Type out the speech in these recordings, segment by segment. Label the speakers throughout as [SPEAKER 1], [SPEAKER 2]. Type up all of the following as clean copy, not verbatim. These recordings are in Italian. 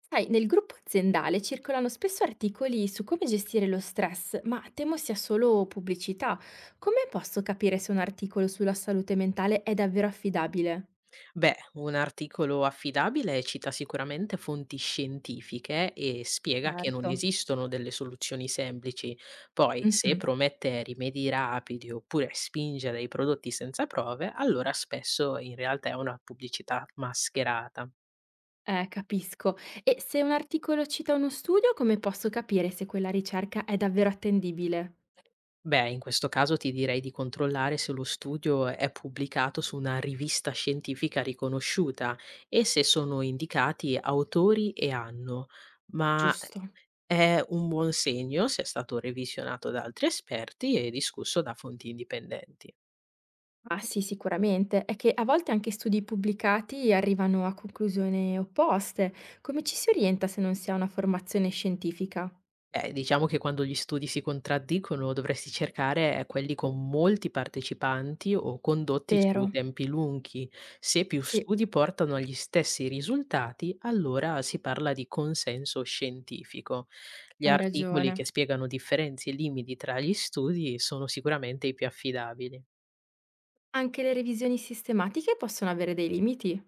[SPEAKER 1] Sai, nel gruppo aziendale circolano spesso articoli su come gestire lo stress, ma temo sia solo pubblicità. Come posso capire se un articolo sulla salute mentale è davvero affidabile?
[SPEAKER 2] Beh, un articolo affidabile cita sicuramente fonti scientifiche e spiega che non
[SPEAKER 1] Certo.
[SPEAKER 2] esistono delle soluzioni semplici. Poi, se
[SPEAKER 1] Mhm.
[SPEAKER 2] promette rimedi rapidi oppure spinge a dei prodotti senza prove, allora spesso in realtà è una pubblicità mascherata.
[SPEAKER 1] Capisco. E se un articolo cita uno studio, come posso capire se quella ricerca è davvero attendibile?
[SPEAKER 2] Beh, in questo caso ti direi di controllare se lo studio è pubblicato su una rivista scientifica riconosciuta e se sono indicati autori e anno. Ma
[SPEAKER 1] Giusto.
[SPEAKER 2] è un buon segno se è stato revisionato da altri esperti e discusso da fonti indipendenti.
[SPEAKER 1] Ah sì, sicuramente. È che a volte anche studi pubblicati arrivano a conclusioni opposte. Come ci si orienta se non si ha una formazione scientifica?
[SPEAKER 2] Diciamo che quando gli studi si contraddicono dovresti cercare quelli con molti partecipanti o condotti su
[SPEAKER 1] Vero.
[SPEAKER 2] tempi lunghi. Se più
[SPEAKER 1] Sì,
[SPEAKER 2] studi portano agli stessi risultati, allora si parla di consenso scientifico. Gli
[SPEAKER 1] hai
[SPEAKER 2] articoli che
[SPEAKER 1] ragione.
[SPEAKER 2] spiegano differenze e limiti tra gli studi sono sicuramente i più affidabili.
[SPEAKER 1] Anche le revisioni sistematiche possono avere dei limiti.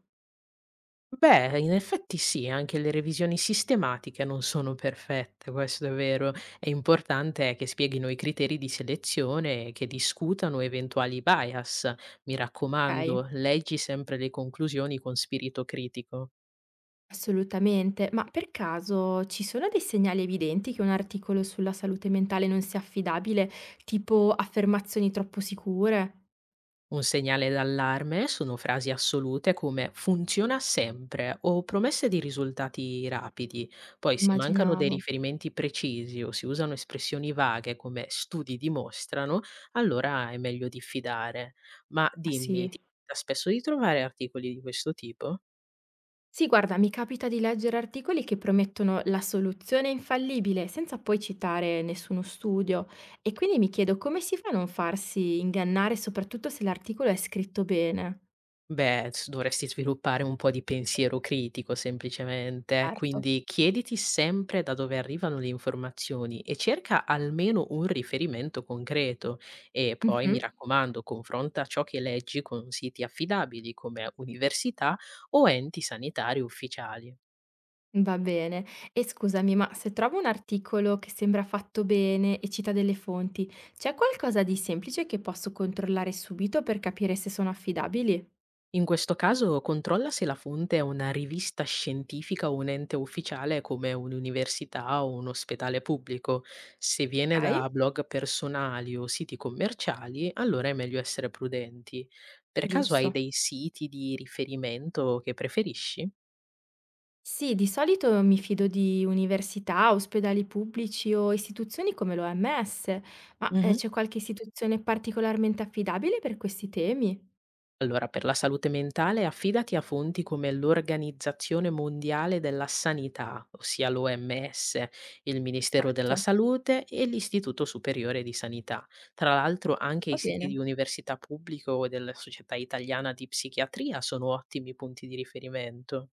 [SPEAKER 2] Beh, in effetti sì, anche le revisioni sistematiche non sono perfette, questo è vero. È importante che spieghino i criteri di selezione e che discutano eventuali bias. Mi
[SPEAKER 1] Ok,
[SPEAKER 2] raccomando, leggi sempre le conclusioni con spirito critico.
[SPEAKER 1] assolutamente. Ma per caso ci sono dei segnali evidenti che un articolo sulla salute mentale non sia affidabile, tipo affermazioni troppo sicure?
[SPEAKER 2] Un segnale d'allarme sono frasi assolute come funziona sempre o promesse di risultati rapidi. Poi se mancano dei
[SPEAKER 1] Immaginavo.
[SPEAKER 2] riferimenti precisi o si usano espressioni vaghe come studi dimostrano, allora è meglio diffidare. Ma
[SPEAKER 1] Ma sì.
[SPEAKER 2] dimmi, ti capita spesso di trovare articoli di questo tipo?
[SPEAKER 1] Sì, guarda, mi capita di leggere articoli che promettono la soluzione infallibile senza poi citare nessuno studio e quindi mi chiedo come si fa a non farsi ingannare, soprattutto se l'articolo è scritto bene.
[SPEAKER 2] Beh, s dovresti sviluppare un po' di pensiero critico semplicemente,
[SPEAKER 1] Certo.
[SPEAKER 2] quindi chiediti sempre da dove arrivano le informazioni e cerca almeno un riferimento concreto e poi
[SPEAKER 1] Mh-mh.
[SPEAKER 2] mi raccomando confronta ciò che leggi con siti affidabili come università o enti sanitari ufficiali.
[SPEAKER 1] Va bene. E scusami, ma se trovo un articolo che sembra fatto bene e cita delle fonti, c'è qualcosa di semplice che posso controllare subito per capire se sono affidabili?
[SPEAKER 2] In questo caso controlla se la fonte è una rivista scientifica o un ente ufficiale come un'università o un ospedale pubblico. Se viene da
[SPEAKER 1] Okay,
[SPEAKER 2] blog personali o siti commerciali, allora è meglio essere prudenti. Per caso hai
[SPEAKER 1] giusto.
[SPEAKER 2] dei siti di riferimento che preferisci?
[SPEAKER 1] Sì, di solito mi fido di università, ospedali pubblici o istituzioni come l'OMS, ma, c'è qualche istituzione particolarmente affidabile per questi temi?
[SPEAKER 2] Allora, per la salute mentale affidati a fonti come l'Organizzazione Mondiale della Sanità, ossia l'OMS, il Ministero della
[SPEAKER 1] Perfetto,
[SPEAKER 2] Salute e l'Istituto Superiore di Sanità. Tra l'altro anche i
[SPEAKER 1] va
[SPEAKER 2] siti di
[SPEAKER 1] bene.
[SPEAKER 2] università pubbliche o della Società Italiana di Psichiatria sono ottimi punti di riferimento.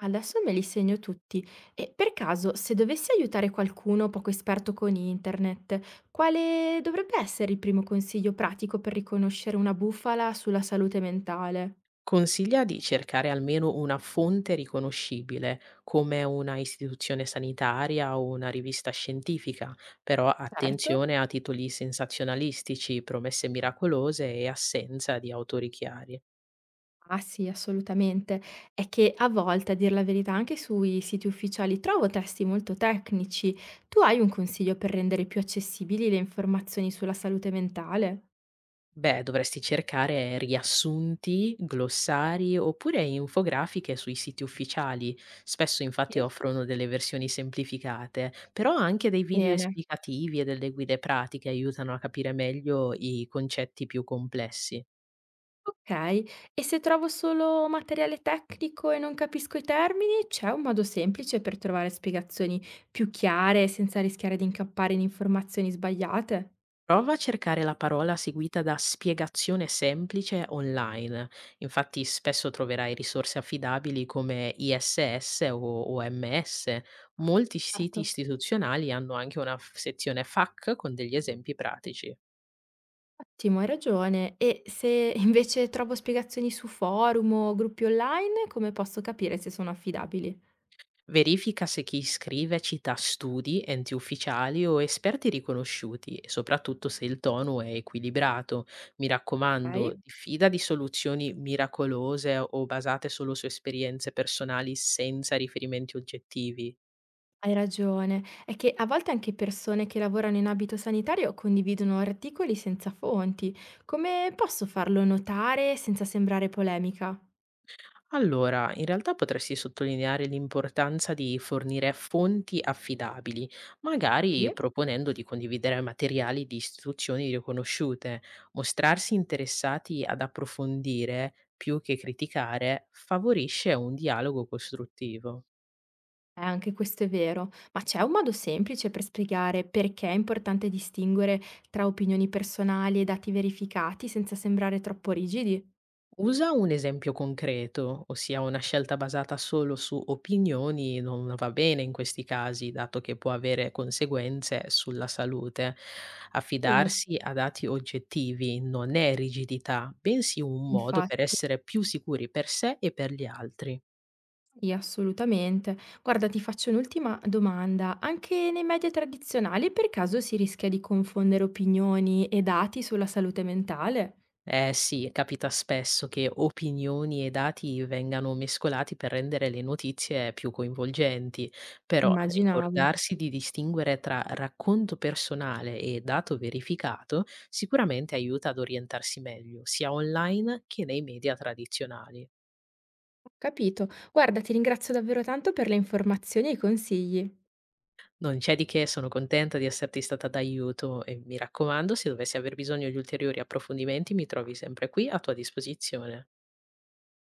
[SPEAKER 1] Adesso me li segno tutti. E per caso, se dovessi aiutare qualcuno poco esperto con internet, quale dovrebbe essere il primo consiglio pratico per riconoscere una bufala sulla salute mentale?
[SPEAKER 2] Consiglia di cercare almeno una fonte riconoscibile, come una istituzione sanitaria o una rivista scientifica, però
[SPEAKER 1] Certo.
[SPEAKER 2] attenzione a titoli sensazionalistici, promesse miracolose e assenza di autori chiari.
[SPEAKER 1] Ah sì, assolutamente. È che a volte, a dir la verità, anche sui siti ufficiali trovo testi molto tecnici. Tu hai un consiglio per rendere più accessibili le informazioni sulla salute mentale?
[SPEAKER 2] Beh, dovresti cercare riassunti, glossari oppure infografiche sui siti ufficiali. Spesso infatti
[SPEAKER 1] Sì.
[SPEAKER 2] offrono delle versioni semplificate, però anche dei video
[SPEAKER 1] Bene.
[SPEAKER 2] esplicativi e delle guide pratiche aiutano a capire meglio i concetti più complessi.
[SPEAKER 1] Okay. E se trovo solo materiale tecnico e non capisco i termini, c'è un modo semplice per trovare spiegazioni più chiare senza rischiare di incappare in informazioni sbagliate?
[SPEAKER 2] Prova a cercare la parola seguita da spiegazione semplice online. Infatti spesso troverai risorse affidabili come ISS o OMS. Molti siti
[SPEAKER 1] Certo.
[SPEAKER 2] istituzionali hanno anche una sezione FAQ con degli esempi pratici.
[SPEAKER 1] Ottimo, hai ragione. E se invece trovo spiegazioni su forum o gruppi online, come posso capire se sono affidabili?
[SPEAKER 2] Verifica se chi scrive cita studi, enti ufficiali o esperti riconosciuti e soprattutto se il tono è equilibrato. Mi raccomando,
[SPEAKER 1] Ok.
[SPEAKER 2] diffida di soluzioni miracolose o basate solo su esperienze personali senza riferimenti oggettivi.
[SPEAKER 1] Hai ragione. È che a volte anche persone che lavorano in abito sanitario condividono articoli senza fonti. Come posso farlo notare senza sembrare polemica?
[SPEAKER 2] Allora, in realtà potresti sottolineare l'importanza di fornire fonti affidabili,
[SPEAKER 1] Sì,
[SPEAKER 2] magari proponendo di condividere materiali di istituzioni riconosciute. Mostrarsi interessati ad approfondire più che criticare favorisce un dialogo costruttivo.
[SPEAKER 1] anche questo è vero, ma c'è un modo semplice per spiegare perché è importante distinguere tra opinioni personali e dati verificati senza sembrare troppo rigidi?
[SPEAKER 2] Usa un esempio concreto, ossia una scelta basata solo su opinioni non va bene in questi casi, dato che può avere conseguenze sulla salute.
[SPEAKER 1] Bello.
[SPEAKER 2] Affidarsi a dati oggettivi non è rigidità, bensì un modo per
[SPEAKER 1] Infatti,
[SPEAKER 2] essere più sicuri per sé e per gli altri.
[SPEAKER 1] sì, assolutamente. Guarda, ti faccio un'ultima domanda. Anche nei media tradizionali per caso si rischia di confondere opinioni e dati sulla salute mentale?
[SPEAKER 2] Eh sì, capita spesso che opinioni e dati vengano mescolati per rendere le notizie più coinvolgenti, però
[SPEAKER 1] Immaginavo.
[SPEAKER 2] ricordarsi di distinguere tra racconto personale e dato verificato sicuramente aiuta ad orientarsi meglio, sia online che nei media tradizionali.
[SPEAKER 1] Ho capito. Guarda, ti ringrazio davvero tanto per le informazioni e i consigli.
[SPEAKER 2] Non c'è di che, sono contenta di esserti stata d'aiuto e mi raccomando, se dovessi aver bisogno di ulteriori approfondimenti, mi trovi sempre qui a tua disposizione.